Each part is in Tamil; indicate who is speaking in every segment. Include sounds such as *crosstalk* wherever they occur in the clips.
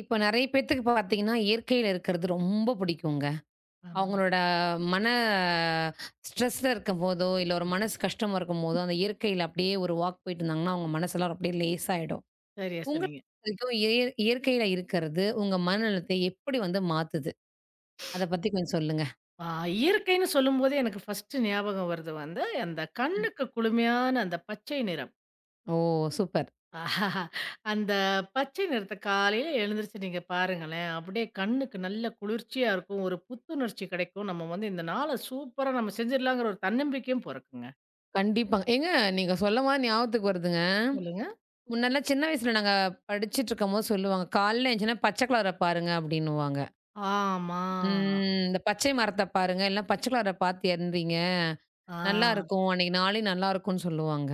Speaker 1: இப்போ நெறைய பேத்துக்கு பாத்தீங்கன்னா, இயற்கையில இருக்கிறது ரொம்ப பிடிக்குங்க.
Speaker 2: ஆமாங்க.
Speaker 1: அவங்களோட மன ஸ்ட்ரெஸ்ல இருக்கும்போதோ, இல்ல ஒரு மனசு கஷ்டமா இருக்கும்போதோ, அந்த இயற்கையில அப்படியே ஒரு வாக் போயிட்டு இருந்தாங்கன்னா, அவங்க மனசெல்லாம் அப்படியே லேசாயிடும்.
Speaker 2: சரியா
Speaker 1: உங்கள
Speaker 2: சொன்னீங்க.
Speaker 1: வரைக்கும் இயற்கையில இருக்கிறது உங்க மனநலத்தை எப்படி வந்து மாத்துது? அத பத்தி கொஞ்சம் சொல்லுங்க.
Speaker 2: ஆ இயற்கைன்னு சொல்லும்போதே எனக்கு ஃபர்ஸ்ட் ஞாபகம் வருது வந்து, அந்த
Speaker 1: ம்.
Speaker 2: கண்ணுக்கு குளுமையான அந்த பச்சை நிறம்.
Speaker 1: ஓ! சூப்பர்.
Speaker 2: ஆஹா, அந்த பச்சை நிறத்த காலையில எழுந்திரிச்சு நீங்க பாருங்களேன், அப்படியே கண்ணுக்கு நல்ல குளிர்ச்சியா இருக்கும். ஒரு புத்துணர்ச்சி கிடைக்கும். நம்ம வந்து இந்த நாள சூப்பரா நம்ம செஞ்சிடலாங்கிற ஒரு தன்னம்பிக்கையும் பொறக்குங்க.
Speaker 1: கண்டிப்பாங்க. ஏங்க நீங்க சொல்லம்போது ஞாபகத்துக்கு வருதுங்க.
Speaker 2: சொல்லுங்க.
Speaker 1: முன்னெல்லாம் சின்ன வயசுல நாங்க படிச்சுட்டு இருக்கும்போது சொல்லுவாங்க, "காலைல எந்திச்சோனே பச்சை கலர பாருங்க" அப்படின்னுவாங்க.
Speaker 2: ஆமா.
Speaker 1: ம். இந்த பச்சை மரத்த பாருங்க, இல்ல பச்சை கலர பார்த்து எறிறீங்க.
Speaker 2: ஆ.
Speaker 1: நல்லாருக்கும். அன்னைக்கு நாளே நல்லாருக்கும்ன்னு சொல்லுவாங்க.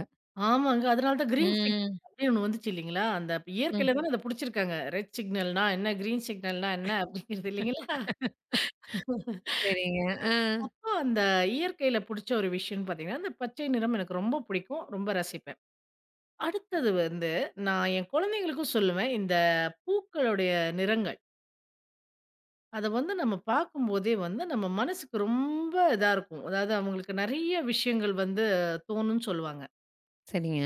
Speaker 2: ஆமாங்க. அதனால தான் கிரீன் சிக்னல்
Speaker 1: ம்.
Speaker 2: அப்படின்னு ஒண்ணு வந்துச்சு இல்லைங்களா? அந்த
Speaker 1: ம்.
Speaker 2: இயற்கையில தானே அத புடிச்சிருக்காங்க. ரெட் சிக்னல்னா என்ன? கிரீன் சிக்னல்னா என்ன? அப்படிங்கிறது இல்லைங்களா?
Speaker 1: சரிங்க. ஆ.
Speaker 2: அப்போ அந்த இயற்கையில புடிச்ச ஒரு விஷயம்னு பார்த்தீங்கன்னா, அந்த பச்சை நிறம் எனக்கு ரொம்ப பிடிக்கும். ரொம்ப ரசிப்பேன். அடுத்தது வந்து, நான் என் குழந்தைங்களுக்கும் சொல்லுவேன். இந்த பூக்களுடைய நிறங்கள். அத வந்து நம்ம பார்க்கும்போதே வந்து நம்ம மனசுக்கு ரொம்ப இதா இருக்கும். அதாவது அவங்களுக்கு நெறைய விஷயங்கள் வந்து தோணும்னு சொல்லுவாங்க.
Speaker 1: சரிங்க.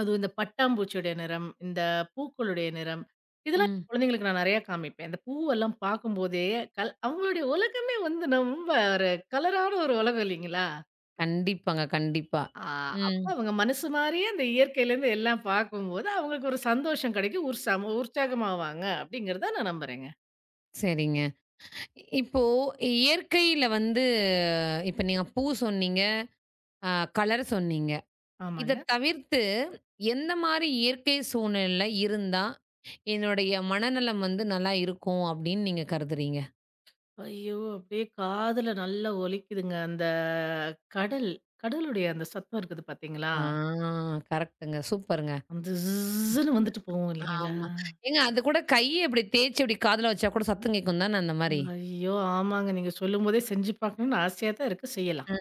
Speaker 2: அதுவும் இந்த பட்டாம்பூச்சியுடைய நிறம், இந்த பூக்களுடைய நிறம். இதெல்லாம்
Speaker 1: ம்.
Speaker 2: என் குழந்தைங்களுக்கு நான் நெறையா காமிப்பேன். இந்த பூவெல்லாம் பார்க்கும்போதே அவங்களுடைய உலகமே வந்து ரொம்ப ஒரு கலரான ஒரு உலகம் இல்லைங்களா?
Speaker 1: கண்டிப்பாங்க, கண்டிப்பா.
Speaker 2: ஆ அப்ப
Speaker 1: ம்.
Speaker 2: அவங்க மனசு மாறியே அந்த இயற்கையிலேருந்து எல்லாம் பார்க்கும்போது, அவங்களுக்கு ஒரு சந்தோஷம் கிடைக்கும். உற்சாகமாவாங்க அப்படிங்கிறத நான் நம்புறேங்க.
Speaker 1: சரிங்க. இப்போ இயற்கையில வந்து இப்ப நீங்க பூ சொன்னீங்க, அ கலர் சொன்னீங்க.
Speaker 2: ஆமாங்க.
Speaker 1: இத தவிர்த்து எந்த மாரி இயற்கை சூழ்நிலையில இருந்தா, என்னுடைய மனநலம் வந்து நல்லா இருக்கும் அப்படின்னு நீங்க கருதுறீங்க?
Speaker 2: ஐயோ! அப்படியே காதுல நல்லா ஒலிக்குதுங்க. அந்த கடல், கடலுடைய அந்த சத்தம் இருக்குது பார்த்தீங்களா?
Speaker 1: ஆ கரெக்ட்டுங்க. சூப்பருங்க.
Speaker 2: அந்த ஜிஸ்ஸுன்னு வந்துட்டு போகும் இல்லைங்களா?
Speaker 1: ஆமா. ஏங்க அது கூட கைய இப்டி தேய்ச்சு இப்டி காதுல வச்சா கூட சத்தம் கேட்கும் தானே அந்த மாரி.
Speaker 2: ஐயோ! ஆமாங்க. நீங்க சொல்லும்போதே செஞ்சு பார்க்கணும்னு ஆசையா தான் இருக்கு. செய்யலாம்.
Speaker 1: ம்.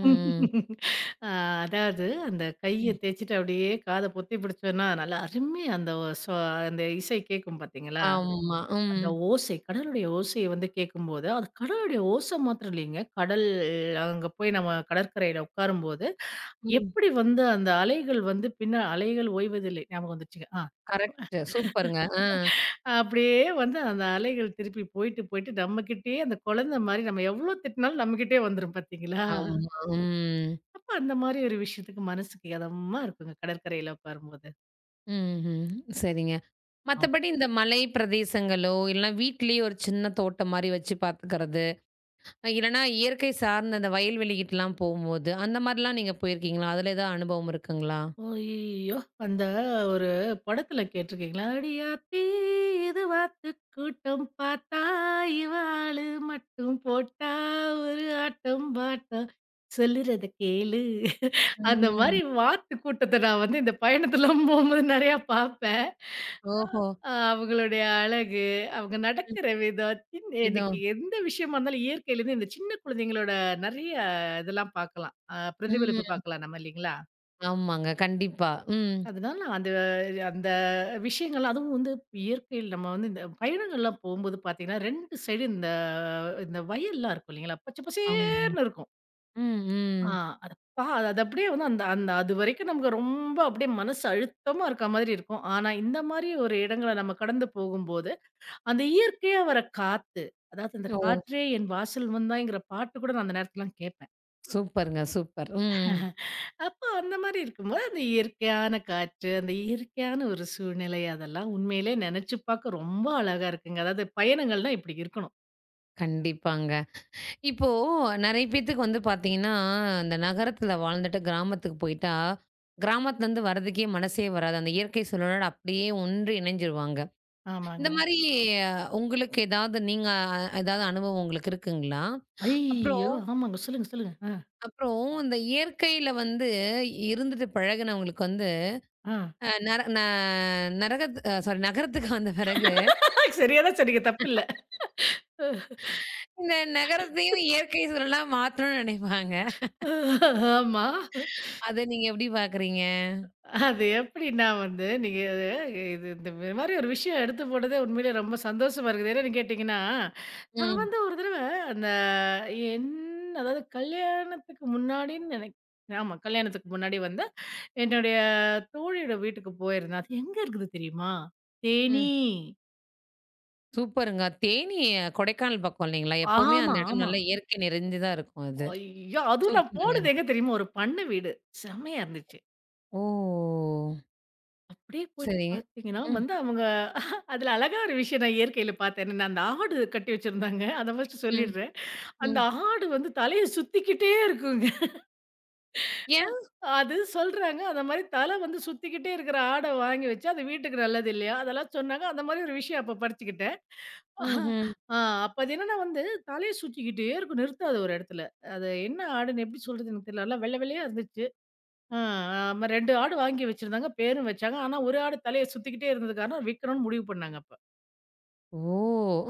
Speaker 1: ம்.
Speaker 2: *laughs* அ அதாவது அந்த கைய
Speaker 1: ம்.
Speaker 2: தேய்ச்சுட்டு அப்படியே காத பொத்தி பிடிச்சோன்னா, நல்லா அருமையா அந்த சோ அந்த இசை கேட்கும் பார்த்தீங்களா?
Speaker 1: ஆமா. ம்.
Speaker 2: அந்த ஓசை, கடலுடைய ஓசைய வந்து கேட்கும்போது, அது கடலுடைய ஓசை மாத்திரம் இல்லைங்க. கடல் அங்க போய் நம்ம கடற்கரையில உட்காரும்போது,
Speaker 1: ம்.
Speaker 2: எப்படி வந்து அந்த அலைகள் வந்து பின்ன அலைகள் ஓய்வதில்லை. ஞாபகம் வந்துருச்சுங்க.
Speaker 1: கரெக்ட்டு. சூப்பருங்க. ஆ.
Speaker 2: அப்படியே வந்து அந்த அலைகள் திருப்பி போயிட்டு, போயிட்டு நம்மகிட்டயே அந்த குழந்தை மாரி நம்ம எவ்வளோ திட்டினாலும் நம்மகிட்டயே வந்துரும் பார்த்தீங்களா?
Speaker 1: ஆமா. ம்.
Speaker 2: அப்ப அந்த மாரி ஒரு விஷயத்துக்கு மனசுக்கு இதமா இருக்குங்க கடற்கரையில உட்காரும்போது.
Speaker 1: ம்ஹ்ம். சரிங்க. மத்தபடி இந்த மலை பிரதேசங்களோ, இல்லனா வீட்லயே ஒரு சின்ன தோட்டம் மாரி வச்சு பார்த்துக்கிறது, இல்லனா இயற்கை சார்ந்த அந்த வயல்வெளிகிட்டலாம் போம்போது, அந்த மாரிலாம் நீங்க போயிருக்கீங்களா? அதுல ஏதாவது அனுபவம் இருக்குங்களா?
Speaker 2: ஐயய்யோ! அந்த ஒரு படத்துல கேட்டுருக்கீங்களா? "அடி ஆத்தி இது வாத்து கூட்டம் பார்த்தா, இவ ஆளு மட்டும் போட்டா, ஒரு ஆட்டம் பாட்டம் சொல்லுறத கேளு." அந்த
Speaker 1: ம்.
Speaker 2: மாரி வாத்து கூட்டத்த நான் வந்து இந்த பயணத்துலாம் போம்போது நெறையா பார்ப்பேன்.
Speaker 1: ஓஹோ!
Speaker 2: அவங்களுடைய அழகு, அவங்க
Speaker 1: ம்.
Speaker 2: நடக்கிற விதம், சின்ன
Speaker 1: விதம்.
Speaker 2: எனக்கு எந்த விஷயமா இருந்தாலும் இயற்கையிலேருந்து இந்த சின்ன குழந்தைங்களோட நெறைய இதெல்லாம் பார்க்கலாம்.
Speaker 1: ம்.
Speaker 2: பிரதிபலிப்பு பார்க்கலாம் நம்ம இல்லைங்களா?
Speaker 1: ஆமாங்க. கண்டிப்பா. ம்.
Speaker 2: அதனால அந்த அந்த விஷயங்கள் அதுவும் வந்து இயற்கையில் நம்ம வந்து இந்த பயணங்கள்லாம் போகும்போது பார்த்தீங்கன்னா, 2 சைடு இந்த இந்த வயல்லாம் இருக்கும் இல்லைங்களா? பச்சை
Speaker 1: ஆமா.
Speaker 2: பசேர்ன்னு இருக்கும்.
Speaker 1: ம், ம்.
Speaker 2: ஆ அத பா அது அப்படியே வந்து அந்த அந்த அதுவரைக்கும் நமக்கு ரொம்ப அப்படியே மனசு அழுத்தமா இருக்க மாதிரி இருக்கும். ஆனா, இந்த மாரி ஒரு இடங்கள நம்ம கடந்து போகும்போது, அந்த இயற்கையா வர காத்து, அதாவது அந்த
Speaker 1: ஓ!
Speaker 2: "காற்றே என் வாசல் வந்தாய்ங்கிற" பாட்டு கூட நான் அந்த நேரத்துலலாம் கேட்பேன்.
Speaker 1: சூப்பருங்க, சூப்பர். ம்.
Speaker 2: அப்போ அந்த மாரி இருக்கும்போது, அந்த இயற்கையான காற்று, அந்த இயற்கையான ஒரு சூழ்நிலை அதெல்லாம் உண்மையிலே நெனச்சு பாக்க ரொம்ப அழகா இருக்குங்க. அதாவது பயணங்கள்னா இப்டி இருக்கணும்.
Speaker 1: கண்டிப்பாங்க. இப்போ நெறைய பேத்துக்கு வந்து பார்த்தீங்கன்னா, இந்த நகரத்துல வாழ்ந்துட்டு கிராமத்துக்கு போயிட்டா, கிராமத்துலருந்து வரதுக்கே மனசே வராது. அந்த இயற்கை சூழலோட அப்படியே ஒன்றி இணைஞ்சிருவாங்க. இந்த
Speaker 2: ஆமாங்க.
Speaker 1: மாரி உங்களுக்கு ஏதாவது நீங்க ஏதாவது அனுபவம் உங்களுக்கு இருக்குங்களா?
Speaker 2: ஐய்யயோ!
Speaker 1: அப்புறம்
Speaker 2: ஆமாங்க. சொல்லுங்க, சொல்லுங்க. ஆ,
Speaker 1: அப்புறம் இந்த இயற்கையில வந்து இருந்துட்டு பழகுனவங்களுக்கு வந்து
Speaker 2: ஆ.
Speaker 1: அ நர ந நரகத் சாரி நகரத்துக்கு வந்த பிறகு
Speaker 2: சரியா தான் சொன்னீங்க. தப்பில்ல.
Speaker 1: இந்த நகரத்தையும் இயற்கை சூழலா மாத்தணும்னு நினைப்பாங்க.
Speaker 2: ஆமா.
Speaker 1: அத நீங்க எப்படி பார்க்குறீங்க?
Speaker 2: அது எப்டின்னா வந்து, நீங்க அது, இந்த மாரி ஒரு விஷயம் எடுத்து போட்டதே உண்மையிலே ரொம்ப சந்தோஷமா இருக்குது. என்னன்னு கேட்டீங்கன்னா, நான்
Speaker 1: ம்,
Speaker 2: வந்து ஒரு தடவ அந்த அ என் அதாவது கல்யாணத்துக்கு முன்னாடின்னு நினைக் ஆமா கல்யாணத்துக்கு முன்னாடி வந்து, என்னுடைய தோழியோட வீட்டுக்கு போயிருந்தேன். அது எங்க இருக்குது தெரியுமா? தேனி.
Speaker 1: ம். சூப்பருங்க. தேனி கொடைக்கானல் பக்கம் இல்லைங்களா? எப்பவுமே அந்த இடம்
Speaker 2: ஆமா.
Speaker 1: நல்லா இயற்கை நிறைஞ்சதா இருக்கும் அது.
Speaker 2: ஐயோ! அதுவும் நான் போனது
Speaker 1: சூப்பருங்க.
Speaker 2: எங்க தெரியுமா? ஒரு பண்ண வீடு. செம்மையா இருந்துச்சு.
Speaker 1: ஓ!
Speaker 2: அப்படியே போயிட்டு
Speaker 1: சரிங்க.
Speaker 2: பார்த்தீங்கன்னா
Speaker 1: ம்,
Speaker 2: வந்து அவங்க அதுல அழகா ஒரு விஷயம் நான் இயற்கையில பார்த்தேன். என்னன்னா, அந்த ஆடு கட்டி வச்சிருந்தாங்க. அத ஃபர்ஸ்ட்டு
Speaker 1: ம்,
Speaker 2: சொல்லிடுறேன். அந்த
Speaker 1: ம்.
Speaker 2: ஆடு வந்து தலைய சுத்திக்கிட்டே இருக்குங்க.
Speaker 1: ஏன்?
Speaker 2: அது சொல்றாங்க. அந்த மாரி தல வந்து சுத்திக்கிட்டே இருக்கிற ஆட வாங்கி வச்சு, அது வீட்டுக்கு நல்லது இல்லையா? அதெல்லாம் சொன்னாங்க. அந்த மாரி ஒரு விஷயம் அப்ப படிச்சுக்கிட்டேன்.
Speaker 1: ம்ஹ்ம்.
Speaker 2: ஆ அப்ப அது என்னன்னா வந்து, தலைய சுத்திக்கிட்டே இருக்கும். நிறுத்தாது ஒரு இடத்துல. அது என்ன ஆடுன்னு எப்படி சொல்றது எனக்கு தெரியல. நல்லா வெள்ள வெள்ளயா இருந்துச்சு. ஆ ஆமா 2 ஆடு வாங்கி வச்சிருந்தாங்க. பேரும் வச்சாங்க. ஆனா, ஒரு ஆடு தலைய சுத்திக்கிட்டே இருந்தது காரணம் விக்கணும்னு முடிவு பண்ணாங்க அப்ப.
Speaker 1: ஓ!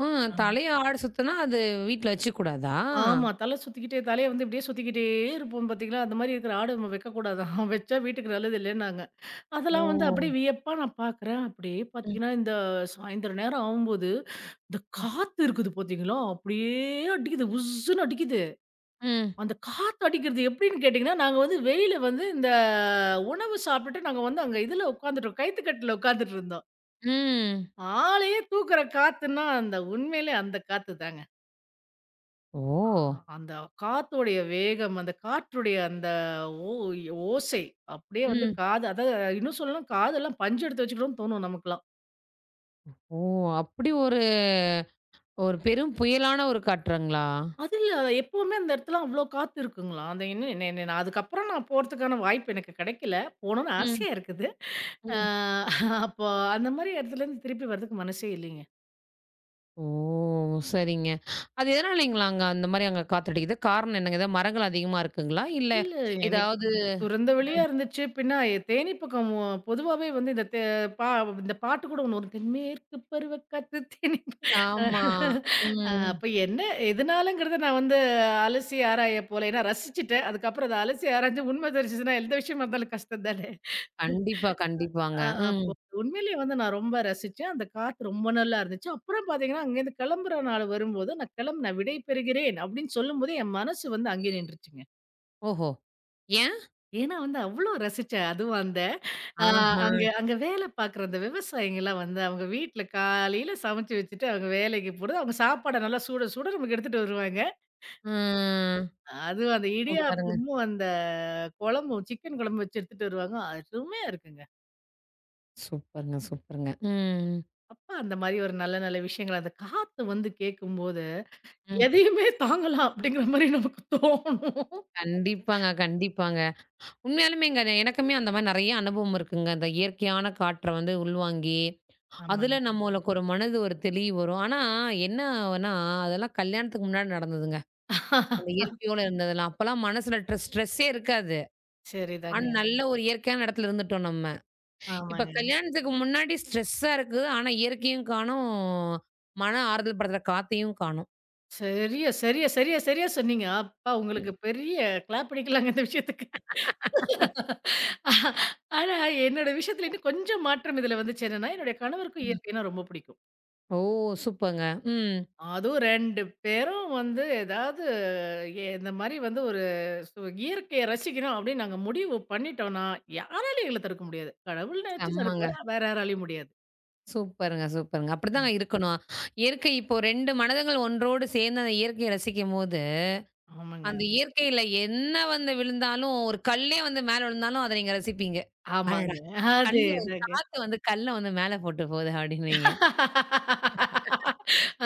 Speaker 1: ம்.
Speaker 2: ஆமா.
Speaker 1: தலைய ஆடு சுத்துனா அது வீட்ல வச்சுக்கக்கூடாதா?
Speaker 2: ஆமா. தல சுத்திக்கிட்டே தலைய வந்து இப்படியே சுத்திக்கிட்டே இருப்போம் பார்த்தீங்களா? அந்த மாரி இருக்கிற ஆடு நம்ம வைக்கக்கூடாதாம். *laughs* வச்சா வீட்டுக்கு நல்லது இல்லன்னாங்க.
Speaker 1: ஓ!
Speaker 2: அதெல்லாம் வந்து அப்படியே வியப்பா நான் பார்க்குறேன். அப்படியே
Speaker 1: ம்,
Speaker 2: பார்த்தீங்கன்னா, இந்த சாயந்தரம் நேரம் ஆகும்போது, இந்த
Speaker 1: ம்,
Speaker 2: காத்து இருக்குது பார்த்தீங்களா? அப்படியே அடிக்குது. உஸ்ஸுன்னு அடிக்குது.
Speaker 1: ம்,
Speaker 2: அந்த காத்து அடிக்கிறது எப்படின்னு கேட்டீங்கன்னா, நாங்க வந்து வெளியில வந்து இந்த உணவு சாப்பிட்டுட்டு நாங்க வந்து அங்க இதுல உட்காந்துட்டோம். கயித்துக்கட்டுல உட்காந்துட்டு இருந்தோம்.
Speaker 1: ம்.
Speaker 2: ஆளையே தூக்குற காத்துன்னா, அந்த உண்மையிலே அந்த காத்து தாங்க.
Speaker 1: ஓ!
Speaker 2: அந்த காத்தோடைய வேகம், அந்த காற்றுடைய அந்த ஓ ஓசை அப்படியே வந்து
Speaker 1: ம்.
Speaker 2: காது அதாவது இன்னும் சொல்லணும்னா, காதெல்லாம் பஞ்சு எடுத்து வச்சுக்கணும்னு தோணும் நமக்கெல்லாம்.
Speaker 1: ஓ! அப்படி ஒரு ஒரு பெரும் புயலான ஒரு காற்றுங்களா?
Speaker 2: அது இல்ல. எப்பவுமே அந்த இடத்துல அவ்ளோ காத்து இருக்குங்களா? அந்த என்ன என்ன என்ன நான் அதுக்கப்புறம் நான் போறதுக்கான வாய்ப்பு எனக்கு கிடைக்கல. போணும்னு ஆசையா இருக்குது. ஆ
Speaker 1: ம்.
Speaker 2: அப்போ அந்த மாரி இடத்துலேருந்து திருப்பி வரதுக்கு மனசே இல்லைங்க.
Speaker 1: ஓ! சரிங்க. அது எதனாலைங்களா அங்க அந்த மாரி அங்க காத்தடிக்குது? காரணம் என்னங்க? ஏதாவது மரங்கள் அதிகமா இருக்குங்களா? இல்ல
Speaker 2: இல்ல எனக்கு
Speaker 1: ஏதாவது
Speaker 2: திறந்த வெளியா இருந்துச்சு. பின்ன தேனி பக்கம் பொதுவாவே வந்து இந்த தே பா இந்த பாட்டு கூட ஒண்ணு வரும். தென்மேற்கு பருவக்காற்று தேனி. அ
Speaker 1: ஆமா. ம்.
Speaker 2: அப்ப என்ன எதனாலங்கிறத நான் வந்து அலசி ஆராய போல. ஏன்னா ரசிச்சுட்டேன். அதுக்கப்புறம் அத அலசி ஆராய்ஞ்சு உண்மை தெரிஞ்சுச்சுன்னா எந்த விஷயமா இருந்தாலும் கஷ்டம் தானே!
Speaker 1: கண்டிப்பா, கண்டிப்பாங்க. ம்.
Speaker 2: அப்போ உண்மையிலேயே வந்து நான் ரொம்ப ரசிச்சேன். அந்த காத்து ரொம்ப நல்லா இருந்துச்சு. அப்புறம் பார்த்தீங்கன்னா, அங்கேருந்து கிளம்புற நாள் வரும்போது, நான் கிளம்புனேன் விடை பெறுகிறேன் அப்படின்னு சொல்லும்போதே, என் மனசு வந்து அங்கே நின்றுச்சுங்க.
Speaker 1: ஓஹோ! ஏன்?
Speaker 2: ஏன்னா வந்து அவ்ளோ ரசிச்சேன். அதுவும் அந்த அ
Speaker 1: ஆஹா.
Speaker 2: அங்க அங்க வேலை பார்க்குற அந்த விவசாயிங்கலாம் வந்து அவங்க வீட்ல காலையில சமைச்சு வச்சுட்டு, அவங்க வேலைக்கு போறது. அவங்க சாப்பாட நல்லா சுட சுட நமக்கு எடுத்துட்டு வருவாங்க.
Speaker 1: ம்.
Speaker 2: அதுவும் அந்த
Speaker 1: சூப்பருங்க,
Speaker 2: இடியாப்பமும், அந்த குழம்பும் சிக்கன் குழம்பு வச்சு எடுத்துட்டு வருவாங்க. அருமையா இருக்குங்க.
Speaker 1: சூப்பருங்க, சூப்பருங்க. ம்.
Speaker 2: அப்ப அந்த மாரி ஒரு நல்ல நல்ல விஷயங்கள் அந்த காத்து வந்து கேட்கும்போது
Speaker 1: ம்.
Speaker 2: எதையுமே தாங்கலாம் அப்படிங்கிற மாரி நமக்கு தோணும்.
Speaker 1: கண்டிப்பாங்க, கண்டிப்பாங்க. உண்மையாலுமேங்க. எனக்குமே அந்த மாரி நெறைய அனுபவம் இருக்குங்க. அந்த இயற்கையான காற்ற வந்து உள்வாங்கி, அதுல
Speaker 2: ஆமாங்க.
Speaker 1: நம்மளுக்கு ஒரு மனது ஒரு தெளிவு வரும். ஆனா என்னன்னா, அதெல்லாம் கல்யாணத்துக்கு முன்னாடி நடந்ததுங்க. அந்த இயற்கையோட இருந்ததெல்லாம். அப்பலாம் மனசுல ஸ்ட்ரெஸ்ஸே இருக்காது. ஆனா
Speaker 2: சரிதாங்க.
Speaker 1: நல்ல ஒரு இயற்கையான இடத்துல இருந்துட்டோம் நம்ம. இப்ப
Speaker 2: ஆமாங்க.
Speaker 1: கல்யாணத்துக்கு முன்னாடி ஸ்ட்ரெஸ்ஸா இருக்கு. ஆனா இயற்கையும் காணோம், மன ஆறுதல் படுத்துற காத்தையும் காணோம்.
Speaker 2: சரியா, சரியா, சரியா, சரியா சொன்னீங்க. அப்பா உங்களுக்கு பெரிய கிளாப் அடிக்கலாங்க இந்த விஷயத்துக்கு. ஆஹ், ஆனா என்னோட விஷயத்துல இன்னும் கொஞ்சம் மாற்றம் இதுல வந்துச்சு என்னன்னா, என்னுடைய கணவருக்கும் இயற்கைன்னா ரொம்ப பிடிக்கும்.
Speaker 1: ஓ! சூப்பர்ங்க. ம்.
Speaker 2: அதுவும் 2 பேரும் வந்து ஏதாவது எ இந்த மாரி வந்து ஒரு சு இயற்கைய ரசிக்கணும் அப்படின்னு நாங்க முடிவு பண்ணிட்டோம்னா, யாராலயும் எங்கள தடுக்க முடியாது. கடவுள் நெனச்சு
Speaker 1: செம்மங்க.
Speaker 2: தடுப்பாரு. வேற யாராலயும் முடியாது.
Speaker 1: சூப்பருங்க, சூப்பருங்க. அப்படித்தாங்க இருக்கணும். இயற்கை இப்போ 2 மனதுங்கள் ஒன்றோடு சேர்ந்து அந்த இயற்கையை ரசிக்கும்போது,
Speaker 2: ஆமாங்க.
Speaker 1: அந்த இயற்கையில என்ன வந்து விழுந்தாலும், ஒரு கல்லே வந்து மேல விழுந்தாலும் அத நீங்க ரசிப்பீங்க. அடடா!
Speaker 2: ஆமாங்க.
Speaker 1: கல்லு வந்து
Speaker 2: அதேதாங்க.
Speaker 1: காத்து வந்து கல்ல வந்து மேல போட்டு போகுது அப்படின்னுவீங்க.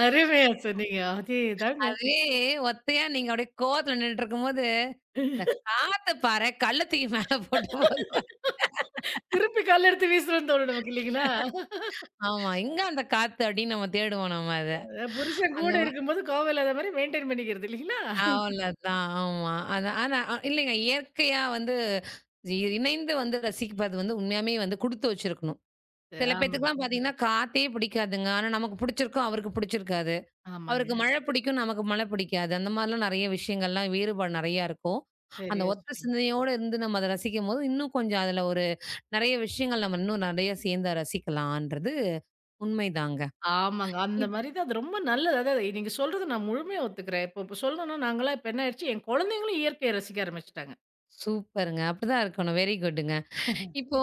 Speaker 2: அருமையா சொன்னீங்க. அதேதாங்க.
Speaker 1: அதுவே ஒத்தையா நீங்க அப்படியே கோவத்துல நின்னுட்டுருக்கும்போது, காத்த பாரேன் கல்ல தூக்கி மேல போட்டு போகுது.
Speaker 2: திருப்பி கல்ல எடுத்து வீசணும்னு தோணும் நமக்கு இல்லைங்களா?
Speaker 1: ஆமா, எங்க அந்த காத்து அப்படின்னு நம்ம தேடுவோம் நம்ம அத.
Speaker 2: புருஷன்
Speaker 1: அந்த
Speaker 2: கூட இருக்கும்போது கோவம் இல்லாத மாரி மெயின்டெயின் பண்ணிக்கிறது இல்லைங்களா?
Speaker 1: அவ்வளதான். ஆமா. அதான் ஆனா அ இல்லைங்க. இயற்கையா வந்து இ இணைந்து வந்து ரசிப்பது வந்து உண்மையாமே வந்து குடுத்து வச்சிருக்கணும். சில
Speaker 2: ஆமாங்க,
Speaker 1: பேத்துக்குலாம் பார்த்தீங்கன்னா, காத்தே பிடிக்காதுங்க. ஆனா நமக்கு பிடிச்சிருக்கும், அவருக்கு பிடிச்சிருக்காது.
Speaker 2: ஆமாங்க.
Speaker 1: அவருக்கு மழை பிடிக்கும், நமக்கு மழை பிடிக்காது. அந்த மாரிலாம் நெறைய விஷயங்கள்லாம் வேறுபாடு நெறையா இருக்கும். அந்த
Speaker 2: சரியா
Speaker 1: ஒத்த
Speaker 2: சொன்னீங்க.
Speaker 1: சிந்தனையோட இருந்து நம்ம அத ரசிக்கும்போது, இன்னும் கொஞ்சம் அதுல ஒரு நெறைய விஷயங்கள் நம்ம இன்னும் நெறைய சேர்ந்து ரசிக்கலான்றது உண்மைதாங்க.
Speaker 2: ஆமாங்க. அந்த
Speaker 1: இப்
Speaker 2: மாரி தான் அது ரொம்ப நல்லது. அதாவது நீங்க சொல்றது நான் முழுமையா ஒத்துக்கிறேன். இப்ப சொல்லணும்னா நாங்கலாம் இப்ப என்ன ஆயிடுச்சு, என் குழந்தைங்களும் இயற்கைய ரசிக்க ஆரம்பிச்சுட்டாங்க.
Speaker 1: சூப்பருங்க. அப்படிதான் இருக்கணும். வெரி குட்டுங்க. இப்போ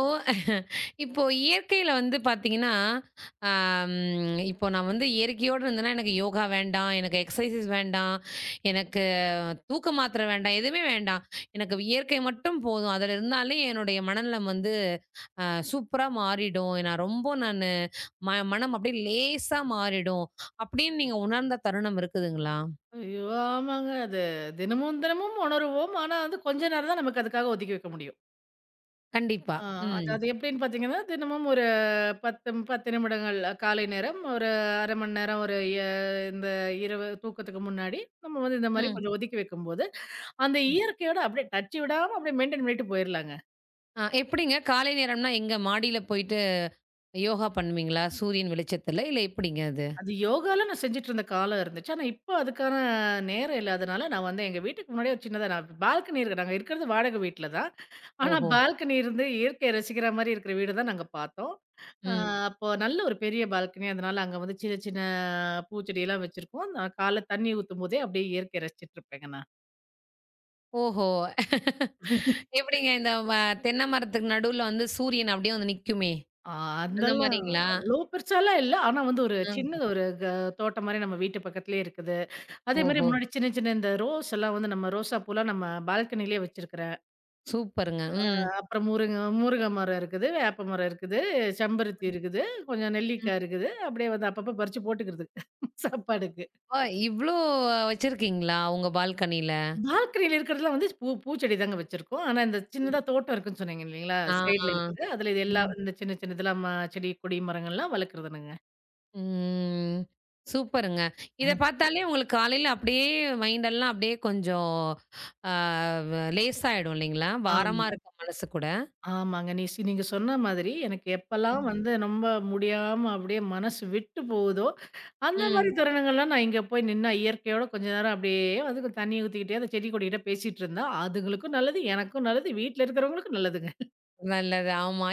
Speaker 1: இப்போ இயற்கையில வந்து பார்த்தீங்கன்னா, அம் இப்போ நான் வந்து இயற்கையோடு இருந்தேன்னா, எனக்கு யோகா வேண்டாம், எனக்கு எக்ஸர்சைஸ் வேண்டாம், எனக்கு தூக்க மாத்திரை வேண்டாம், எதுவுமே வேண்டாம். எனக்கு இயற்கை மட்டும் போதும். அதில இருந்தாலே என்னுடைய மனநலம் வந்து அ சூப்பரா மாறிடும். நான் ரொம்ப மனம் அப்படியே லேசா மாறிடும். அப்படின்னு நீங்க உணர்ந்த தருணம் இருக்குதுங்களா?
Speaker 2: ஐயோ! ஆமாங்க. அது தினமும் தினமும் உணருவோம். ஆனா வந்து கொஞ்ச நேரம் தான் நமக்கு அதுக்காக ஒதுக்கி வைக்க முடியும்.
Speaker 1: கண்டிப்பா.
Speaker 2: ஆ
Speaker 1: ம்.
Speaker 2: அதாவது எப்படின்னு பார்த்தீங்கன்னா, தினமும் ஒரு 10 நிமிடங்கள் காலை நேரம், ஒரு 1/2 மணி நேரம், ஒரு எ இந்த இரவு தூக்கத்துக்கு முன்னாடி, நம்ம வந்து இந்த மாரி
Speaker 1: ம்.
Speaker 2: கொஞ்சம் ஒதுக்கி வைக்கும்போது, அந்த
Speaker 1: ம்.
Speaker 2: இயற்கையோட அப்படியே டச் விடாம அப்படியே மெயின்டெயின் பண்ணிட்டு போயிரலாங்க.
Speaker 1: அ எப்படிங்க? காலை நேரம்னா எங்க? மாடியில போயிட்டு யோகா பண்ணுவீங்களா? சூரியன் வெளிச்சத்துல? இல்ல எப்படிங்க அது?
Speaker 2: அது யோகால நான் செஞ்சுட்டு இருந்த காலம் இருந்துச்சு. ஆனா, இப்போ அதுக்கான நேரம் இல்லாதனால, நான் வந்து எங்க வீட்டுக்கு முன்னாடியே ஒரு சின்னதா நான் பால்கனி இருக்கு. நாங்க இருக்கிறது வாடகை வீட்ல தான். ஆனா,
Speaker 1: ஓஹோ!
Speaker 2: பால்கனி இருந்து இயற்கைய ரசிக்கிற மாரி இருக்கிற வீடு தான் நாங்க பார்த்தோம். அ
Speaker 1: ம்.
Speaker 2: அப்போ நல்ல ஒரு பெரிய பால்கனி. அதனால அங்க வந்து சின்ன சின்ன பூச்செடியெல்லாம் வச்சிருக்கோம். நான் காலைல தண்ணி ஊத்தும்போதே அப்படியே இயற்கைய ரசிச்சுட்டு இருப்பேங்க நான்.
Speaker 1: ஓஹோ! எப்படிங்க இந்த தென்னை மரத்துக்கு நடுவுல வந்து சூரியன் அப்படியே வந்து நிக்குமே!
Speaker 2: ஆ
Speaker 1: அந்த
Speaker 2: அதெல்லாம்
Speaker 1: மாரிங்களா?
Speaker 2: அவ்வளோ பெருசாலாம் இல்ல. ஆனா வந்து ஒரு
Speaker 1: அ.
Speaker 2: சின்னது ஒரு க தோட்டம் மாரி நம்ம வீட்டு பக்கத்திலேயே இருக்குது. அதே மாரி
Speaker 1: ஓஹோ!
Speaker 2: முன்னாடி சின்ன சின்ன இந்த ரோஸ் எல்லாம் வந்து நம்ம ரோசா பூலாம் நம்ம பால்கனியிலேயே வச்சிருக்கிற.
Speaker 1: சூப்பருங்க. ம்.
Speaker 2: அப்புறம் முருங்க முருங்க மரம் இருக்குது, வேப்ப மரம் இருக்குது, செம்பருத்தி இருக்குது, கொஞ்சம்
Speaker 1: ம்.
Speaker 2: நெல்லிக்காய் இருக்குது. அப்படியே வந்து அப்பப்போ பறிச்சு போட்டுக்கிறது *laughs* சாப்பாடுக்கு.
Speaker 1: ஓ! இவ்ளோ வச்சிருக்கீங்களா உங்க பால்கனில?
Speaker 2: பால்கனியில இருக்கிறதெல்லாம் வந்து பூ பூச்செடி தாங்க வச்சிருக்கோம். ஆனா இந்த சின்னதா தோட்டம் இருக்குன்னு சொன்னீங்க இல்லைங்களா?
Speaker 1: ஆ.
Speaker 2: சைடுல இருக்குது. அதுல இது எல்லாம்
Speaker 1: ம்.
Speaker 2: இந்த சின்ன சின்ன இதெல்லாம் ம செடி கொடி மரங்கள்லாம் வளர்க்குறதுனுங்க.
Speaker 1: ம். சூப்பருங்க.
Speaker 2: அ.
Speaker 1: இத பார்த்தாலே உங்களுக்கு காலையில அப்படியே மைண்ட் எல்லாம் அப்படியே கொஞ்சம் ஆ லேசாயிடும் இல்லைங்களா? பாரமா
Speaker 2: ஆமா.
Speaker 1: இருக்க மனசு கூட.
Speaker 2: ஆமாங்க. நீ சி நீங்க சொன்ன மாதிரி எனக்கு எப்பலாம்
Speaker 1: ம்.
Speaker 2: வந்து ரொம்ப முடியாம அப்படியே மனசு விட்டு போகுதோ, அந்த மாரி
Speaker 1: ம்.
Speaker 2: தருணங்கள்லாம் நான் இங்க போய் நின்னா இயற்கையோட கொஞ்ச நேரம் அப்படியே வந்து கொஞ்சம் தண்ணி ஊத்திக்கிட்டே அந்த செடி கொடிகிட்ட பேசிட்டு இருந்தா, அதுங்களுக்கும் நல்லது, எனக்கும் நல்லது, வீட்ல இருக்கிறவங்களுக்கும் நல்லதுங்க.
Speaker 1: நல்லது. ஆமா.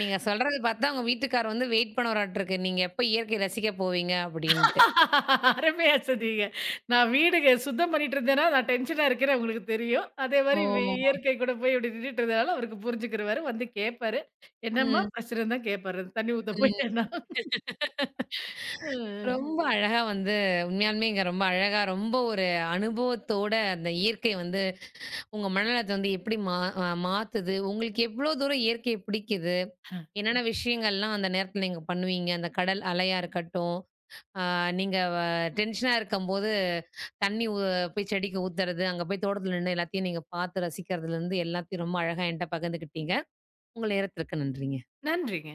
Speaker 1: நீங்க சொல்றத பார்த்தா உங்க வீட்டுக்காரர் வந்து வெயிட் பண்ணுவாராட்டுருக்கு. நீங்க எப்ப இயற்கை ரசிக்க போவீங்க அப்படின்ட்டு.
Speaker 2: *laughs* அருமையா சொன்னீங்க. நான் வீடுங்க சுத்தம் பண்ணிட்டு இருந்தேன்னா, நான் டென்ஷனா இருக்கிறேன் உங்களுக்கு தெரியும். அதே
Speaker 1: ஓ!
Speaker 2: மாரி இயற்கை கூட போய் இப்படி நின்னுட்டு இருந்தனால அவருக்கு புரிஞ்சுக்கிருவாரு. வந்து கேட்பாரு. என்னம்மா
Speaker 1: ம்.
Speaker 2: பிரச்சனைன்னு தான் கேட்பாரு. தண்ணி ஊத்த
Speaker 1: ம்.
Speaker 2: போயிட்டேன்னா.
Speaker 1: ரொம்ப அழகா வந்து உண்மையாலுமே இங்க ரொம்ப அழகா, ரொம்ப ஒரு அனுபவத்தோட அந்த இயற்கை வந்து உங்க மனநலத்த வந்து எப்படி மா அ மாத்துது? உங்களுக்கு எவ்ளோ தூரம் இயற்கைய பிடிக்குது? என்னென்ன விஷயங்கள்லாம் அந்த நேரத்துல நீங்க பண்ணுவீங்க? அந்த கடல் அலையா இருக்கட்டும், ஆ நீங்க வ டென்ஷனா இருக்கும்போது, தண்ணி ஊ போய் செடிக்கு ஊத்துறது, அங்க போய் தோட்டத்துல நின்னு எல்லாத்தையும் நீங்க பார்த்து ரசிக்கிறதுலருந்து எல்லாத்தையும் ரொம்ப அழகா என்ட்ட பகிர்ந்துக்கிட்டீங்க. உங்க நேரத்திற்கு நன்றிங்க.
Speaker 2: நன்றிங்க.